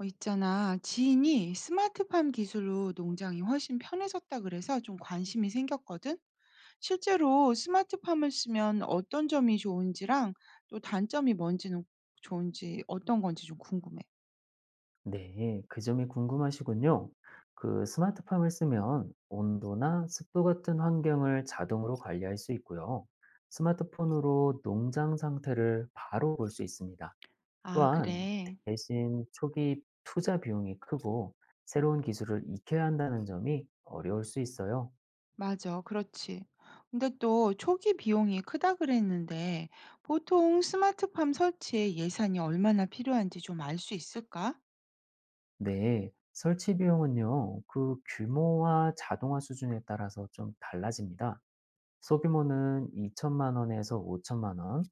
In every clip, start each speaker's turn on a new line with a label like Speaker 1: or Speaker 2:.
Speaker 1: 어, 있잖아. 지인이 스마트팜 기술로 농장이 훨씬 편해졌다 그래서 좀 관심이 생겼거든. 실제로 스마트팜을 쓰면 어떤 점이 좋은지랑 또 단점이 뭔지는 좋은지 어떤 건지 좀 궁금해.
Speaker 2: 네, 그 점이 궁금하시군요. 그 스마트팜을 쓰면 온도나 습도 같은 환경을 자동으로 관리할 수 있고요. 스마트폰으로 농장 상태를 바로 볼 수 있습니다.
Speaker 1: 아,
Speaker 2: 또한
Speaker 1: 그래.
Speaker 2: 대신 초기 투자 비용이 크고 새로운 기술을 익혀야 한다는 점이 어려울 수 있어요.
Speaker 1: 맞아. 그렇지. 근데 또 초기 비용이 크다 그랬는데 보통 스마트팜 설치에 예산이 얼마나 필요한지 좀 알 수 있을까?
Speaker 2: 네, 설치 비용은요, 그 규모와 자동화 수준에 따라서 좀 달라집니다. 소규모는 2천만 원에서 5천만 원,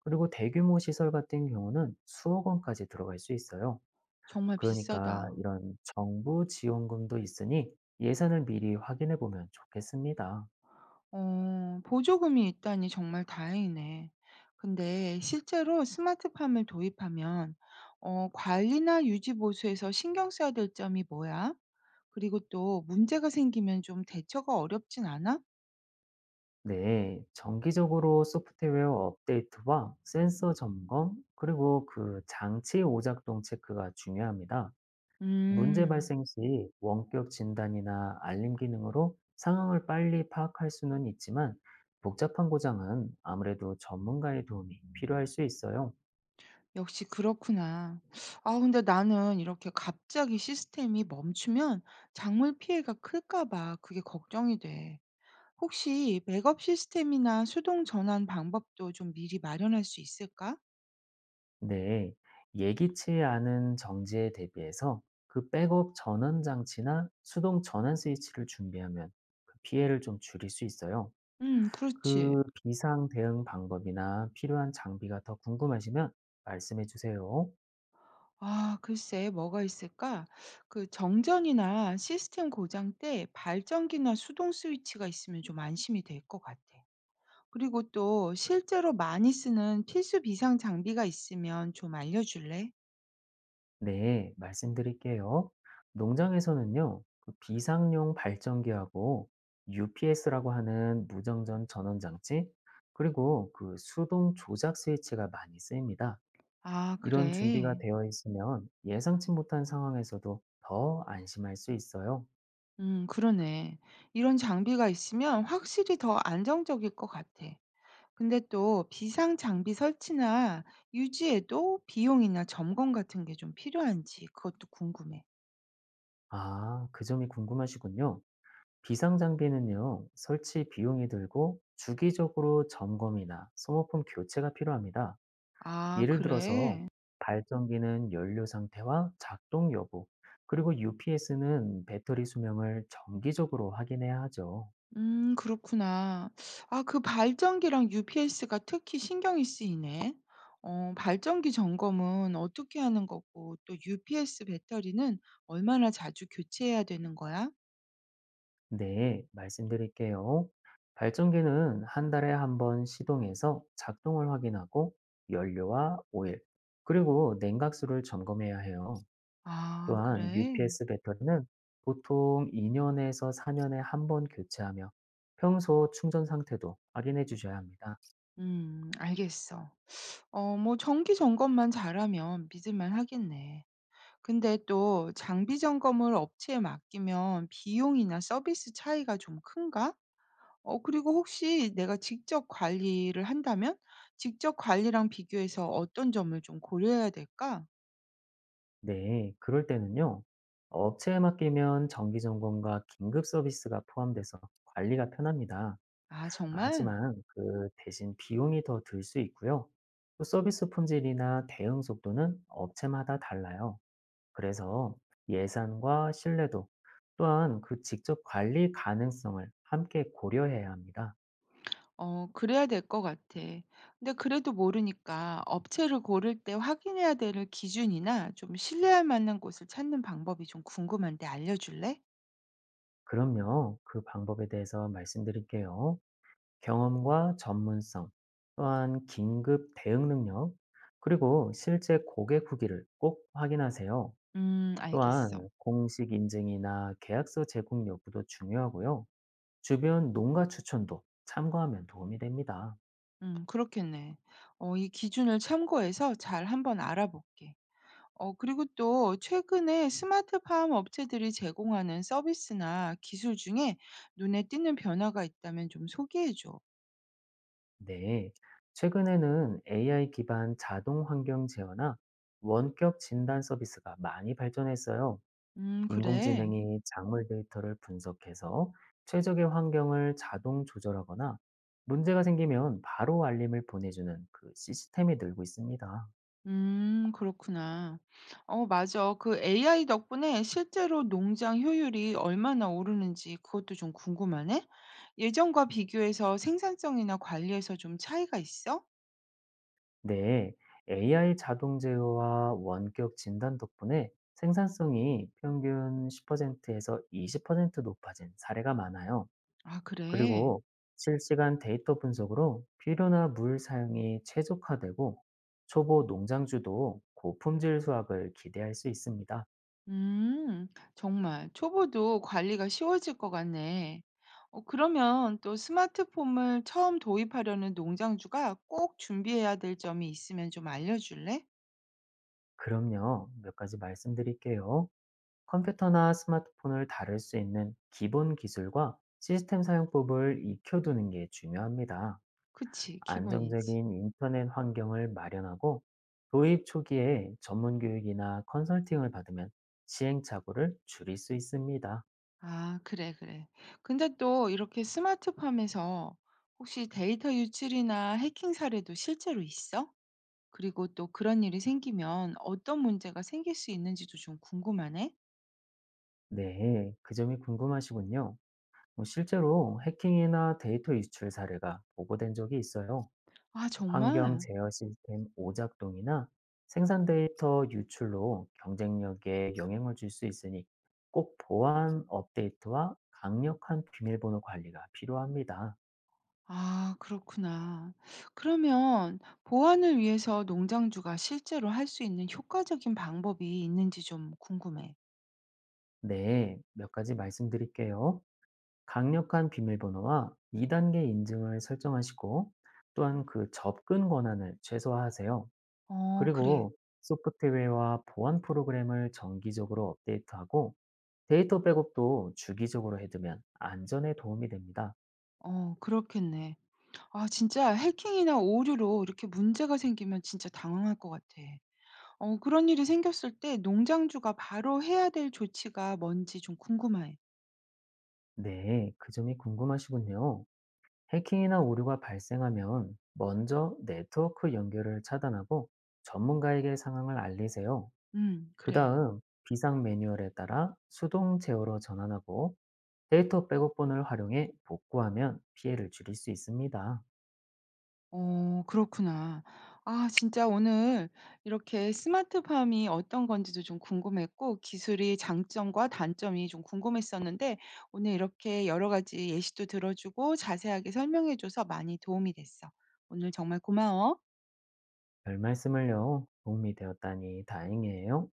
Speaker 2: 그리고 대규모 시설 같은 경우는 수억 원까지 들어갈 수 있어요.
Speaker 1: 정말
Speaker 2: 그러니까
Speaker 1: 비싸다.
Speaker 2: 이런 정부 지원금도 있으니 예산을 미리 확인해 보면 좋겠습니다.
Speaker 1: 어, 보조금이 있다니 정말 다행이네. 근데 실제로 스마트팜을 도입하면 관리나 유지 보수에서 신경 써야 될 점이 뭐야? 그리고 또 문제가 생기면 좀 대처가 어렵진 않아?
Speaker 2: 네, 정기적으로 소프트웨어 업데이트와 센서 점검, 그리고 그 장치 오작동 체크가 중요합니다. 문제
Speaker 1: 음.
Speaker 2: 발생 시 원격 진단이나 알림 기능으로 상황을 빨리 파악할 수는 있지만 복잡한 고장은 아무래도 전문가의 도움이 필요할 수 있어요.
Speaker 1: 역시 그렇구나. 아, 근데 나는 이렇게 갑자기 시스템이 멈추면 작물 피해가 클까 봐 그게 걱정이 돼. 혹시 백업 시스템이나 수동 전환 방법도 좀 미리 마련할 수 있을까?
Speaker 2: 네, 예기치 않은 정지에 대비해서 그 백업 전원 장치나 수동 전환 스위치를 준비하면 그 피해를 좀 줄일 수 있어요.
Speaker 1: 음, 그렇지.
Speaker 2: 그 비상 대응 방법이나 필요한 장비가 더 궁금하시면 말씀해 주세요.
Speaker 1: 아, 글쎄 뭐가 있을까? 그 정전이나 시스템 고장 때 발전기나 수동 스위치가 있으면 좀 안심이 될 것 같아. 그리고 또 실제로 많이 쓰는 필수 비상 장비가 있으면 좀 알려줄래?
Speaker 2: 네, 말씀드릴게요. 농장에서는요, 그 비상용 발전기하고 UPS라고 하는 무정전 전원장치, 그리고 그 수동 조작 스위치가 많이 쓰입니다.
Speaker 1: 아,
Speaker 2: 이런 준비가
Speaker 1: 그래.
Speaker 2: 되어 있으면 예상치 못한 상황에서도 더 안심할 수 있어요.
Speaker 1: 음, 그러네. 이런 장비가 있으면 확실히 더 안정적일 것 같아. 근데 또 비상 장비 설치나 유지에도 비용이나 점검 같은 게 좀 필요한지 그것도 궁금해.
Speaker 2: 아, 그 점이 궁금하시군요. 비상 장비는요, 설치 비용이 들고 주기적으로 점검이나 소모품 교체가 필요합니다.
Speaker 1: 아,
Speaker 2: 예를 들어서
Speaker 1: 그래?
Speaker 2: 발전기는 연료 상태와 작동 여부, 그리고 UPS는 배터리 수명을 정기적으로 확인해야 하죠.
Speaker 1: 음, 그렇구나. 아, 그 발전기랑 UPS가 특히 신경이 쓰이네. 어, 발전기 점검은 어떻게 하는 거고 또 UPS 배터리는 얼마나 자주 교체해야 되는 거야?
Speaker 2: 네, 말씀드릴게요. 발전기는 한 달에 한 번 시동해서 작동을 확인하고 연료와 오일, 그리고 냉각수를 점검해야 해요.
Speaker 1: 아,
Speaker 2: 또한
Speaker 1: 그래?
Speaker 2: UPS 배터리는 보통 2년에서 4년에 한 번 교체하며 평소 충전 상태도 확인해 주셔야 합니다.
Speaker 1: 음, 알겠어. 정기 점검만 잘하면 믿을만 하겠네. 근데 또 장비 점검을 업체에 맡기면 비용이나 서비스 차이가 좀 큰가? 어, 그리고 혹시 내가 직접 관리를 한다면 직접 관리랑 비교해서 어떤 점을 좀 고려해야 될까?
Speaker 2: 네, 그럴 때는요. 업체에 맡기면 정기 점검과 긴급 서비스가 포함돼서 관리가 편합니다.
Speaker 1: 아, 정말?
Speaker 2: 하지만 그 대신 비용이 더 들 수 있고요. 또 서비스 품질이나 대응 속도는 업체마다 달라요. 그래서 예산과 신뢰도 또한 그 직접 관리 가능성을 함께 고려해야 합니다.
Speaker 1: 어, 그래야 될 것 같아. 근데 그래도 모르니까 업체를 고를 때 확인해야 될 기준이나 좀 신뢰할 만한 곳을 찾는 방법이 좀 궁금한데 알려줄래?
Speaker 2: 그럼요. 그 방법에 대해서 말씀드릴게요. 경험과 전문성, 또한 긴급 대응 능력, 그리고 실제 고객 후기를 꼭 확인하세요.
Speaker 1: 음, 알겠어.
Speaker 2: 또한 공식 인증이나 계약서 제공 여부도 중요하고요. 주변 농가 추천도 참고하면 도움이 됩니다.
Speaker 1: 음, 그렇겠네. 어, 이 기준을 참고해서 잘 한번 알아볼게. 어, 그리고 또 최근에 스마트팜 업체들이 제공하는 서비스나 기술 중에 눈에 띄는 변화가 있다면 좀 소개해 줘.
Speaker 2: 네. 최근에는 AI 기반 자동 환경 제어나 원격 진단 서비스가 많이 발전했어요.
Speaker 1: 그래.
Speaker 2: 인공지능이 작물 데이터를 분석해서 최적의 환경을 자동 조절하거나 문제가 생기면 바로 알림을 보내주는 그 시스템이 늘고 있습니다.
Speaker 1: 그렇구나. 어, 맞아. 그 AI 덕분에 실제로 농장 효율이 얼마나 오르는지 그것도 좀 궁금하네. 예전과 비교해서 생산성이나 관리에서 좀 차이가 있어?
Speaker 2: 네, AI 자동 제어와 원격 진단 덕분에 생산성이 평균 10%에서 20% 높아진 사례가 많아요.
Speaker 1: 아, 그래.
Speaker 2: 그리고 실시간 데이터 분석으로 비료나 물 사용이 최적화되고 초보 농장주도 고품질 수확을 기대할 수 있습니다.
Speaker 1: 음, 정말 초보도 관리가 쉬워질 것 같네. 어, 그러면 또 스마트폼을 처음 도입하려는 농장주가 꼭 준비해야 될 점이 있으면 좀 알려줄래?
Speaker 2: 그럼요. 몇 가지 말씀드릴게요. 컴퓨터나 스마트폰을 다룰 수 있는 기본 기술과 시스템 사용법을 익혀두는 게 중요합니다.
Speaker 1: 그치, 기본이지.
Speaker 2: 안정적인 인터넷 환경을 마련하고 도입 초기에 전문 교육이나 컨설팅을 받으면 시행착오를 줄일 수 있습니다.
Speaker 1: 아, 그래, 그래. 근데 또 이렇게 스마트팜에서 혹시 데이터 유출이나 해킹 사례도 실제로 있어? 그리고 또 그런 일이 생기면 어떤 문제가 생길 수 있는지도 좀 궁금하네.
Speaker 2: 네, 그 점이 궁금하시군요. 뭐 실제로 해킹이나 데이터 유출 사례가 보고된 적이 있어요.
Speaker 1: 아,
Speaker 2: 환경
Speaker 1: 정말?
Speaker 2: 제어 시스템 오작동이나 생산 데이터 유출로 경쟁력에 영향을 줄 수 있으니 꼭 보안 업데이트와 강력한 비밀번호 관리가 필요합니다.
Speaker 1: 아, 그렇구나. 그러면 보안을 위해서 농장주가 실제로 할 수 있는 효과적인 방법이 있는지 좀 궁금해.
Speaker 2: 네, 몇 가지 말씀드릴게요. 강력한 비밀번호와 2단계 인증을 설정하시고 또한 그 접근 권한을 최소화하세요.
Speaker 1: 어, 그래.
Speaker 2: 그리고 소프트웨어와 보안 프로그램을 정기적으로 업데이트하고 데이터 백업도 주기적으로 해두면 안전에 도움이 됩니다.
Speaker 1: 어, 그렇겠네. 아, 진짜 해킹이나 오류로 이렇게 문제가 생기면 진짜 당황할 것 같아. 어, 그런 일이 생겼을 때 농장주가 바로 해야 될 조치가 뭔지 좀 궁금해.
Speaker 2: 네, 그 점이 궁금하시군요. 해킹이나 오류가 발생하면 먼저 네트워크 연결을 차단하고 전문가에게 상황을 알리세요. 그
Speaker 1: 그래.
Speaker 2: 다음 비상 매뉴얼에 따라 수동 제어로 전환하고 데이터 백업본을 활용해 복구하면 피해를 줄일 수 있습니다.
Speaker 1: 어, 그렇구나. 아, 진짜 오늘 이렇게 스마트팜이 어떤 건지도 좀 궁금했고 기술의 장점과 단점이 좀 궁금했었는데 오늘 이렇게 여러 가지 예시도 들어 주고 자세하게 설명해 줘서 많이 도움이 됐어. 오늘 정말 고마워.
Speaker 2: 별 말씀을요. 도움이 되었다니 다행이에요.